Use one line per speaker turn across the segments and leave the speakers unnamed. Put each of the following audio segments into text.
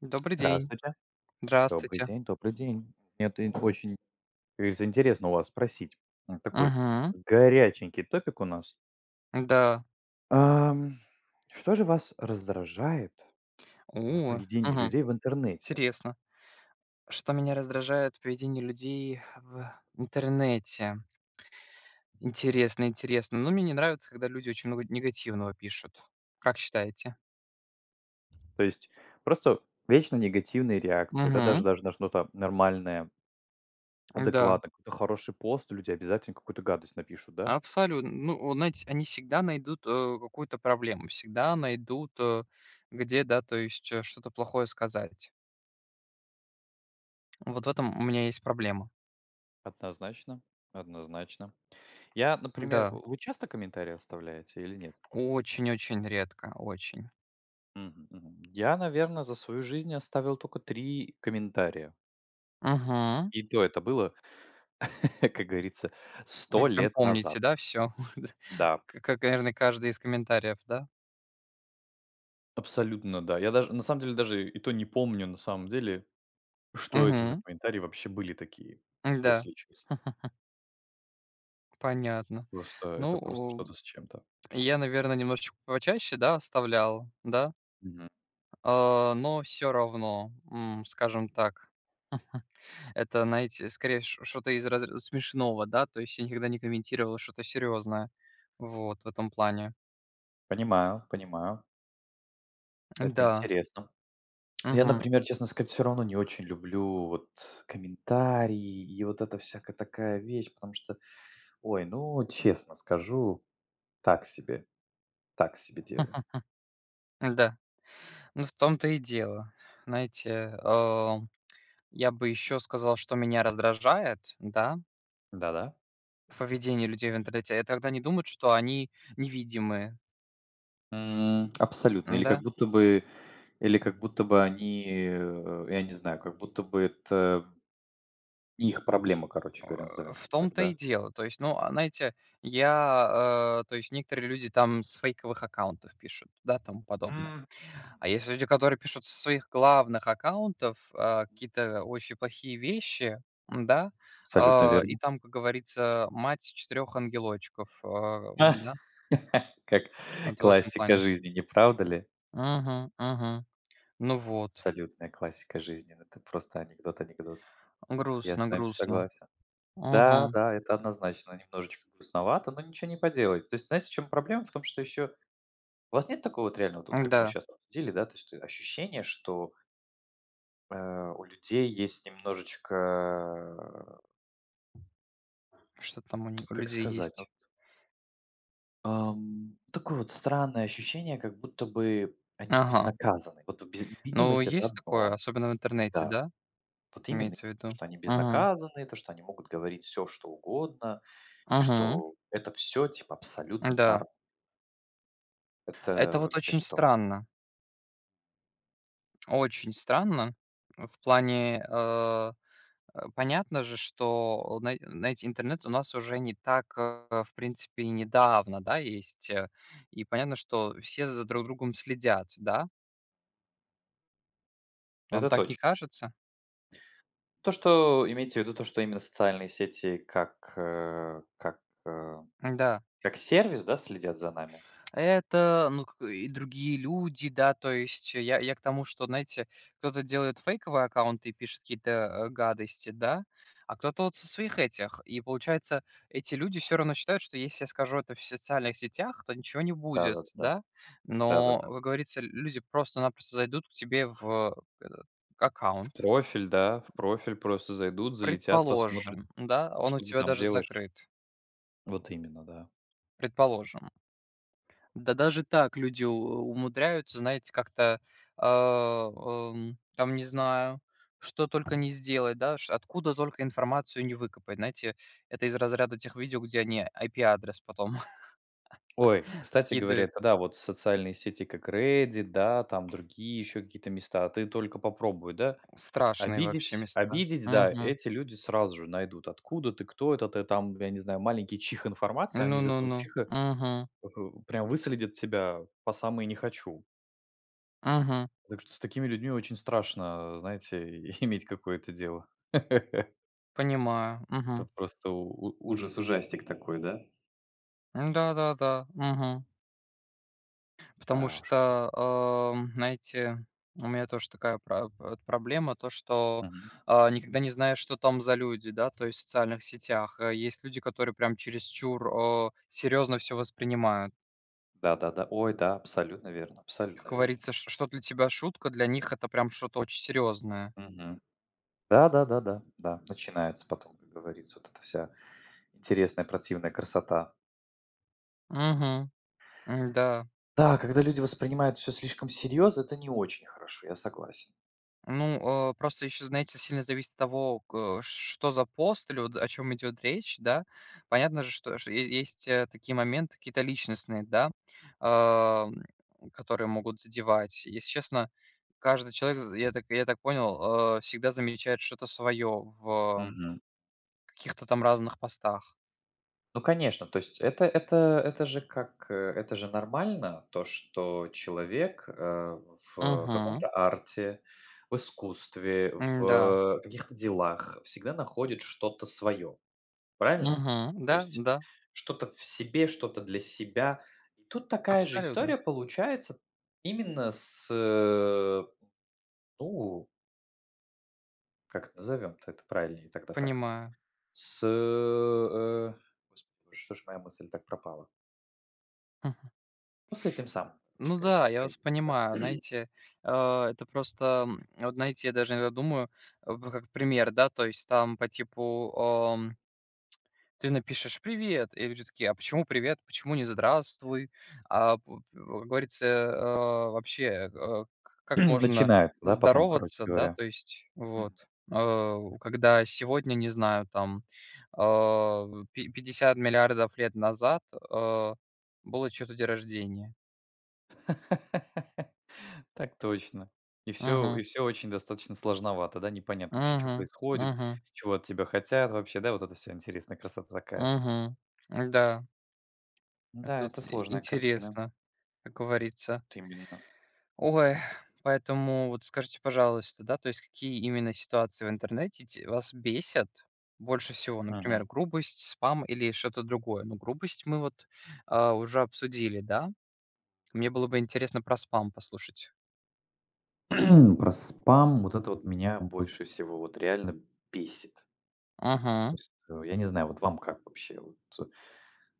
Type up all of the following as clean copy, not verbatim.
Добрый день.
Здравствуйте. Добрый
Здравствуйте.
день, добрый день. Мне это очень, как говорится, интересно у вас спросить. Такой
Мгм.
горяченький топик у нас.
Да.
Ам, Что же вас раздражает в
О,
поведении
мгм.
людей в интернете?
Интересно. Что меня раздражает в поведении людей в интернете? Интересно, интересно. Но мне не нравится, когда люди очень много негативного пишут. Как считаете?
То есть просто вечно негативные реакции, да, даже
Мгм.
даже на что-то нормальное,
Да,
адекватное, какой-то хороший пост, люди обязательно какую-то гадость напишут, да?
абсолютно. Ну, вот знаете, они всегда найдут, какую-то проблему, всегда найдут, где, да, то есть, что-то плохое сказать. Вот в этом у меня есть проблема.
Однозначно, однозначно. Я, например,
Да,
вы часто комментарии оставляете или нет?
очень-очень редко, очень.
Мгм, мгм. Я, наверное, за свою жизнь оставил только 3 комментария.
Мгм.
И то это было, как говорится, 100
Вы прям
лет назад.
помните, да, все,
Да,
как, наверное, каждый из комментариев, да?
абсолютно, да. Я даже на самом деле даже и то не помню, на самом деле, что это за
Угу,
комментарии вообще были такие,
да.
если честно.
Понятно.
Просто это просто
Ну,
что-то с чем-то.
я, наверное, немножечко почаще, да, оставлял, да,
Мгм.
но все равно, скажем так, это, знаете, скорее ш что-то из разряда смешного, да, то есть я никогда не комментировал что-то серьезное. Вот в этом плане.
Понимаю, понимаю. Это
Да.
интересно. Я,
Мгм.
например, честно сказать, все равно не очень люблю вот комментарии и вот эта всякая такая вещь, потому что, ой, ну, честно скажу. Так себе, так себе дело.
Да. Ну, в том-то и дело. Знаете, я бы еще сказал, что меня раздражает, да.
Да-да.
В поведении людей в интернете. И тогда они думают, что они невидимые.
Абсолютно. Или как
Да,
будто бы или как будто бы они, я не знаю, как будто бы это не их проблема, короче говоря, назовем
в
так,
том-то и
да?
дело. То есть, ну, знаете, то есть некоторые люди там с фейковых аккаунтов пишут, да, тому подобное.
М.
А есть люди, которые пишут со своих главных аккаунтов, какие-то очень плохие вещи, м-да,
Абсолютно
и
верно.
там, как говорится, мать четырех ангелочков, м-да,
Как
вот в этом
классика
плане.
жизни, не правда ли?
Мгм, мгм. Ну вот,
Абсолютная классика жизни. Это просто анекдот, анекдот. Я с
грустно,
вами
грустно.
согласен. Да,
Мгм,
да, это однозначно немножечко грустновато, но ничего не поделать. То есть знаете, в чём проблема? В том, что еще у вас нет такого вот реального тут, как мы
да.
сейчас обсудили, да, то есть ощущение, что, э, у людей есть немножечко,
Что там у них у
как
людей
сказать, ну,
есть.
такое вот странное ощущение, как будто бы они
Ага.
безнаказаны. Вот без
Ну,
это
есть такое,
одно,
особенно в интернете,
да,
да,
вот именно
имеется в
то,
виду?
что они
Мгм.
безнаказаны, то, что они могут говорить все, что угодно, и
Мгм.
что это все типа абсолютно
Да.
норм. Это
Это вот
вообще что?
очень странно в плане, понятно же, что, на знаете, интернет у нас уже не так, в принципе, и недавно, да, есть, и понятно, что все за друг другом следят, да? Вам
Это
так не
точно.
кажется?
То, что имеете в виду, то, что именно социальные сети э
Да.
Как сервис, да, следят за нами?
Это, ну, к и другие люди, да, то есть я к тому, что, знаете, кто-то делает фейковые аккаунты и пишет какие-то, гадости, да, а кто-то вот со своих этих. И получается, эти люди все равно считают, что если я скажу это в социальных сетях, то ничего не будет,
Да-да-да.
да. Но,
Да-да-да.
как говорится, люди просто-напросто зайдут к тебе в этот
В
аккаунт.
профиль, да, в профиль просто зайдут, залетят, посмотрят,
Предположим, да, он у
что ты
тебя
там
даже
делаешь.
закрыт.
Вот именно, да.
Предположим. Да даже так люди у умудряются, знаете, как-то, а, там, не знаю, что только не сделать, да, ш откуда только информацию не выкопать. Знаете, это из разряда тех видео, где они IP-адрес потом
Ой, кстати говоря,
скидывают.
это да, вот социальные сети, как Reddit, да, там другие еще какие-то места. А ты только попробуй, да,
Страшные вообще
обидеть,
места.
обидеть, да,
Мгм.
эти люди сразу же найдут, откуда ты, кто это, ты там, я не знаю, маленький чих информации, а они из этого
Ну-ну-ну.
чиха
Мгм.
э, прям выследят тебя по самые не хочу.
Мгм.
Так что с такими людьми очень страшно, знаете, иметь какое-то дело. Это
Понимаю. Мгм.
просто ужас-ужастик такой, да?
Да-да-да. Мгм. Потому
Да уж.
что, знаете, у меня тоже такая пра вот проблема, то, что,
Мгм.
никогда не знаешь, что там за люди, да, то есть в социальных сетях. Есть люди, которые прям чересчур, серьезно все воспринимают.
Да-да-да. Ой, да, абсолютно верно,
Как
абсолютно верно.
говорится, ш что для тебя шутка, для них это прям что-то очень серьезное.
Мгм. Да-да-да-да, да, да, да, да. Начинается потом, как говорится, вот эта вся интересная противная красота.
Угу, да.
Да, когда люди воспринимают все слишком серьезно, это не очень хорошо, я согласен.
Ну, просто еще, знаете, сильно зависит от того, к что за пост или вот о чем идет речь, да. Понятно же, что ш е есть, такие моменты какие-то личностные, да, ам, которые могут задевать. Если честно, каждый человек, з я так понял, всегда замечает что-то свое в
Мгм.
каких-то там разных постах.
Ну, конечно, то есть это это же как, это же нормально, то, что человек, в
Угу.
каком-то арте, в искусстве,
Да.
в каких-то делах всегда находит что-то свое, правильно?
Угу.
То
Да,
есть
да,
что-то в себе, что-то для себя. И тут такая же
абсолютно.
история получается именно с, ну, как это назовем-то это правильнее тогда так,
Понимаю.
с, господи, что ж моя мысль так пропала? Ну, с этим самым, короче
Ну
говоря, про
да, я вас
трейдеров, да.
понимаю. Знаете, э, это просто, вот знаете, я даже иногда думаю, э, п как пример, да, то есть там по типу, ты напишешь "Привет", и люди такие: "А почему привет? Почему не здравствуй?" А, п п Как говорится, вообще, э, к как можно
Начинается, да, потом, короче
здороваться, да,
говоря.
то есть вот,
Мгм.
когда сегодня, не знаю, там, а, пи 50 миллиардов лет назад, э, было что то день рождения.
Так точно. И все, и
Мгм.
все очень достаточно сложновато, да, непонятно вообще, что
Мгм,
происходит,
мгм,
чего от тебя хотят вообще, да, вот это вся интересная красота такая.
мгм. Да,
Да,
это вот
это
и
сложная картина.
интересно, как говорится.
Вот именно.
Ой, поэтому вот скажите, пожалуйста, да, то есть какие именно ситуации в интернете те вас бесят больше всего?
Мгм.
Например, грубость, спам или что-то другое? Ну, грубость мы вот, уже обсудили, да? Мне было бы интересно про спам послушать.
Про спам, вот это вот меня больше всего вот реально бесит. То
Мгм.
есть, я не знаю, вот вам как вообще вот,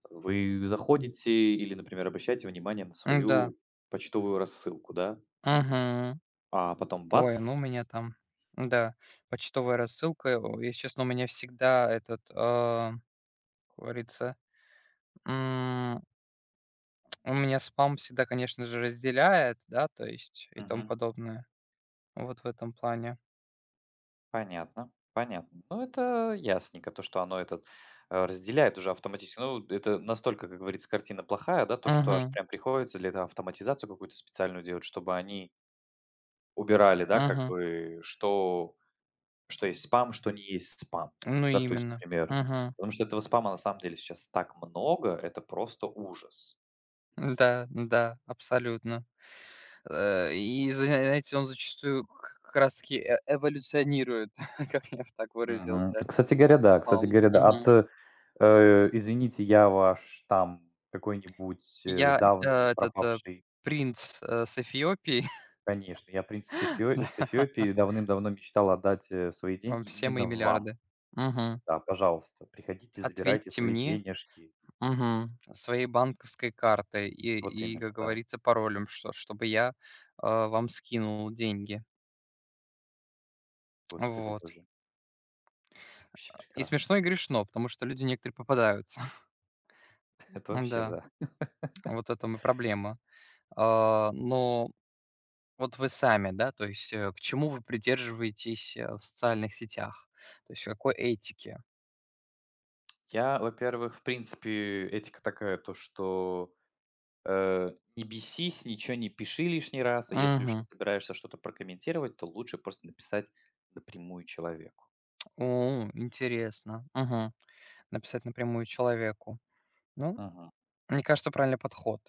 Вы заходите или, например, обращаете внимание на
Да.
свою почтовую рассылку, да,
Мгм.
а потом
Ой,
бац.
ну у меня там, да, почтовая рассылка. О, если честно, у меня всегда этот, говорится, м, у меня спам всегда, конечно же, разделяет, да, то есть и тому
Мгм.
подобное. Вот в этом плане.
Понятно, понятно. Ну, это ясненько, то, что оно этот разделяет уже автоматически. Ну, вот это настолько, как говорится, картина плохая, да, то, что аж
Мгм,
прям приходится для этого автоматизацию какую-то специальную делать, чтобы они убирали, да, как
мгм.
бы, что, есть спам, что не есть спам.
Ну,
Да, то есть,
именно.
например,
Мгм.
потому что этого спама на самом деле сейчас так много, это просто ужас.
Да, да, абсолютно. И знаете, он зачастую к как раз таки эволюционирует, как я б так
Мгм.
выразился,
Кстати говоря, да. Кстати
спам.
говоря, да. От,
Мгм.
извините, я ваш там какой-нибудь,
Я, э,
давний
этот,
пропавший.
принц, с Эфиопии.
Конечно, я принцесса Пио из
Да,
Эфиопии давным-давно мечтал отдать, свои
вам
деньги
все
именно
мои
вам.
миллиарды. Мгм.
Да, пожалуйста, приходите, забирайте
"Ответьте
свои
мне",
денежки.
мгм, своей банковской картой и
Вот именно,
как
да.
говорится, паролем, чтобы я, вам скинул деньги.
Господи
Вот.
боже, это вообще
И
прекрасно.
смешно, и грешно, потому что люди некоторые попадаются.
Это вообще,
Да,
да.
вот это этом и проблема. А, но вот вы сами, да, то есть, к чему вы придерживаетесь, в социальных сетях? То есть какой этики?
Я, во-первых, в принципе, этика такая, то что Э, не бесись, ничего не пиши лишний раз, а если уж ты
Мгм.
собираешься что-то прокомментировать, то лучше просто написать напрямую человеку.
О, интересно. Мгм. Написать напрямую человеку. Ну,
Мгм.
мне кажется, правильный подход.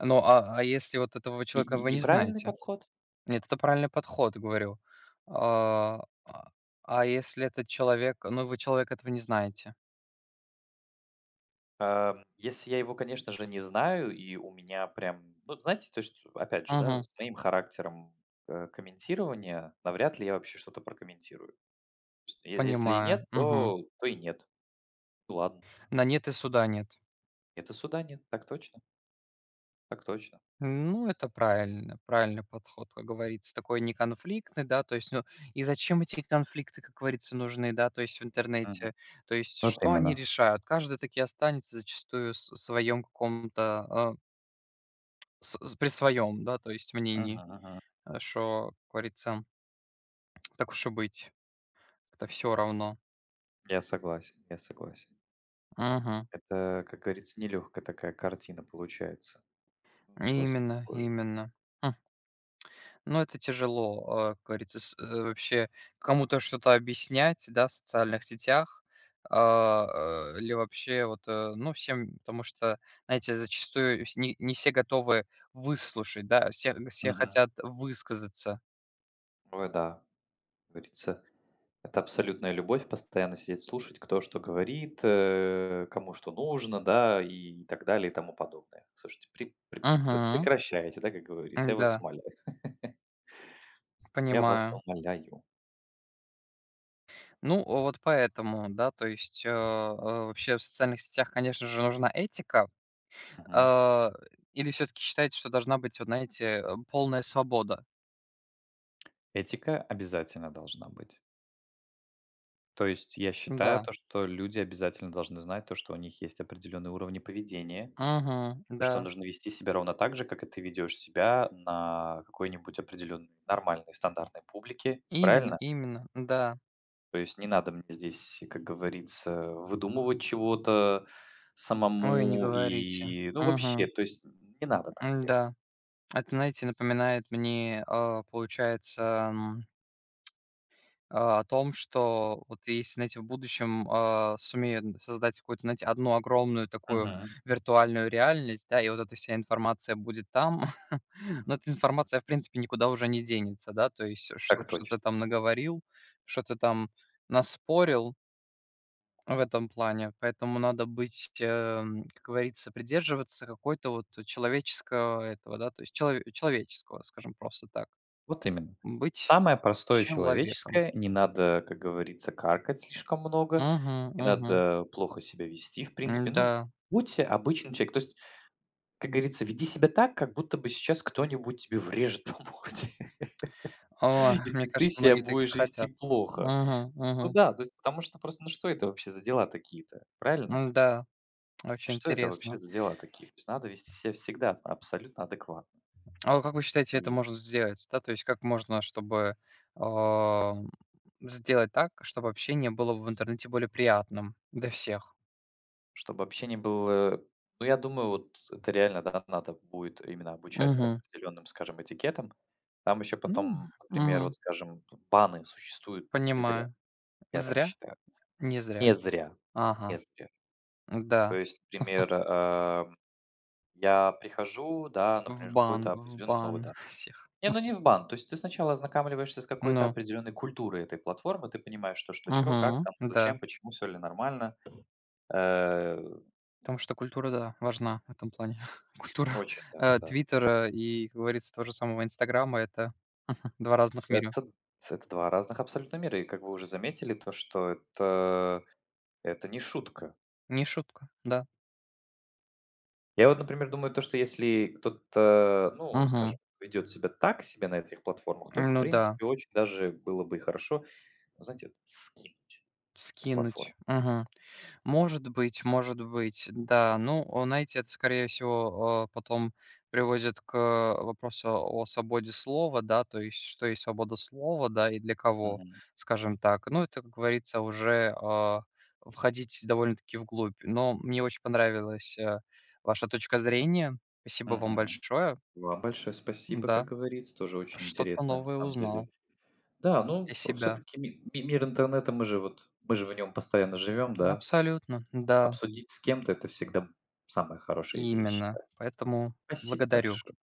Ну, если вот этого
Не-
человека
не-
вы не
неправильный
знаете?
подход.
Нет, это правильный подход, говорю. А, а Если этот человек, ну, вы человека этого не знаете?
Если я его, конечно же, не знаю, и у меня прям, ну, знаете, то есть, опять же, да,
Мгм.
с моим характером комментирования, навряд ли я вообще что-то прокомментирую. То есть, если и
Понимаю.
нет,
Мгм.
то и нет. Ну ладно,
На нет и суда нет.
это суда нет, так точно, так точно.
Ну, это правильно, правильный подход, как говорится, такой неконфликтный, да, то есть, ну, и зачем эти конфликты, как говорится, нужны, да, то есть в
Мгм.
интернете, то есть
Вот
что они
именно.
решают? Каждый таки останется зачастую с в своем каком-то, э, с при своем, да, то есть
Мгм,
мнении,
мгм.
как говорится, так уж и быть, это все равно.
Я согласен, я согласен.
Мгм.
Это, как говорится, нелегкая такая картина получается. Господи
Именно,
боже.
именно. Хм. Ну, это тяжело, как говорится, вообще кому-то что-то объяснять, да, в социальных сетях, а, или вообще вот, ну, всем, потому что, знаете, зачастую вс не все готовы выслушать, да, все
Мгм.
хотят высказаться.
Ой, да, как говорится, это абсолютная любовь, постоянно сидеть слушать, кто что говорит, кому что нужно, да, и так далее, и тому подобное. Слушайте,
Угу,
прекращайте, да, как говорится, я вас
да,
умоляю. Я вас
понимаю.
умоляю.
Ну, вот поэтому, да, то есть, вообще в социальных сетях, конечно же, нужна этика.
Мгм.
А, Или все таки считаете, что должна быть, вот знаете, полная свобода?
Этика обязательно должна быть. То есть я считаю
Да.
то, что люди обязательно должны знать то, что у них есть определенные уровни поведения.
Угу.
То, что
Да.
нужно вести себя ровно так же, как и ты ведешь себя на какой-нибудь определенной нормальной стандартной публике,
Именно,
правильно?
именно. Да.
То есть не надо мне здесь, как говорится, выдумывать чего-то
Ой, не
самому
говорите.
и, ну, вообще,
Угу,
то есть не надо так делать.
да. Это, знаете, напоминает мне, получается, о том, что вот если, знаете, в будущем, сумеют создать какую-то, знаете, одну огромную такую
Мгм.
виртуальную реальность, да, и вот эта вся информация будет там, но эта информация, в принципе, никуда уже не денется, да, то есть
Так
что что ты
точно.
там наговорил, что ты там наспорил в этом плане. Поэтому надо быть, как говорится, придерживаться какой-то вот человеческого этого, да, то есть человеческого, скажем просто так.
Вот именно.
Быть
Самое простое
человеком.
человеческое, не надо, как говорится, каркать слишком много,
Угу,
не
мгм.
надо плохо себя вести, в принципе.
М-да.
Ну, будьте обычным человеком. То есть как говорится, веди себя так, как будто бы сейчас кто-нибудь тебе врежет по морде,
О, мне
если ты
кажется,
себя
многие такие
будешь вести
хотят.
плохо.
Угу,
Ну
угу,
да, то есть потому что просто, ну что это вообще за дела такие-то, правильно?
да, очень
Что это вообще
интересно.
за дела такие? То есть надо вести себя всегда абсолютно адекватно.
А вот как вы считаете, это
И
можно сделать? Да, то есть как можно, чтобы, ам, сделать так, чтобы общение было в интернете более приятным для всех?
чтобы общение было, ну я думаю, вот это реально, да, надо будет именно обучать
Угу.
определенным, скажем, этикетам. Там еще
Ну,
потом, например, вот,
мгм,
скажем, баны существуют не зря,
понимаю.
я так
Зря?
считаю.
Не зря.
Не зря, не
Ага,
зря. То
да.
есть, например, я прихожу, да,
В
например, в
бан,
какой-то
в
определенный, ну, вот,
бан
да.
всех.
Не, ну не в бан. То есть ты сначала ознакомливаешься с какой-то
Ну,
определенной культурой этой платформы, ты понимаешь, что что, чё, как
угу,
там,
да.
зачем, почему, все ли нормально. Э,
Потому что культура, да, важна в этом плане. Культура,
Очень даже, да.
"Твиттера" и, как говорится, того же самого "Инстаграма" — это 2 разных мира.
Это, это два разных абсолютно мира. И как вы уже заметили, то, что это не шутка.
Не шутка, да.
Я вот, например, думаю, то, что если кто-то, ну, скажем,
Мгм.
ведет себя так себе на этих платформах, то их, в
Ну да,
принципе, очень даже было бы и хорошо, ну, знаете, скинуть, с платформ.
скинуть. Мгм. Может быть, да. Ну, о, знаете, это, скорее всего, потом приводит к вопросу о свободе слова, да, то есть что есть свобода слова, да, и для кого,
Мгм.
скажем так. Ну, это, как говорится, уже входить довольно-таки вглубь. Но мне очень понравилась ваша точка зрения. Спасибо вам
Мгм.
большое.
Вам большое спасибо, как
Да,
говорится, тоже очень
что-то
интересно на
новое
самом
узнал
деле. Да,
для
ну
себя.
все-таки мир интернета, мы же в нем постоянно живем, да.
Абсолютно, да,
Обсудить с кем-то это всегда самая хорошая идея, я
именно.
считаю.
Поэтому
Спасибо
благодарю.
большое.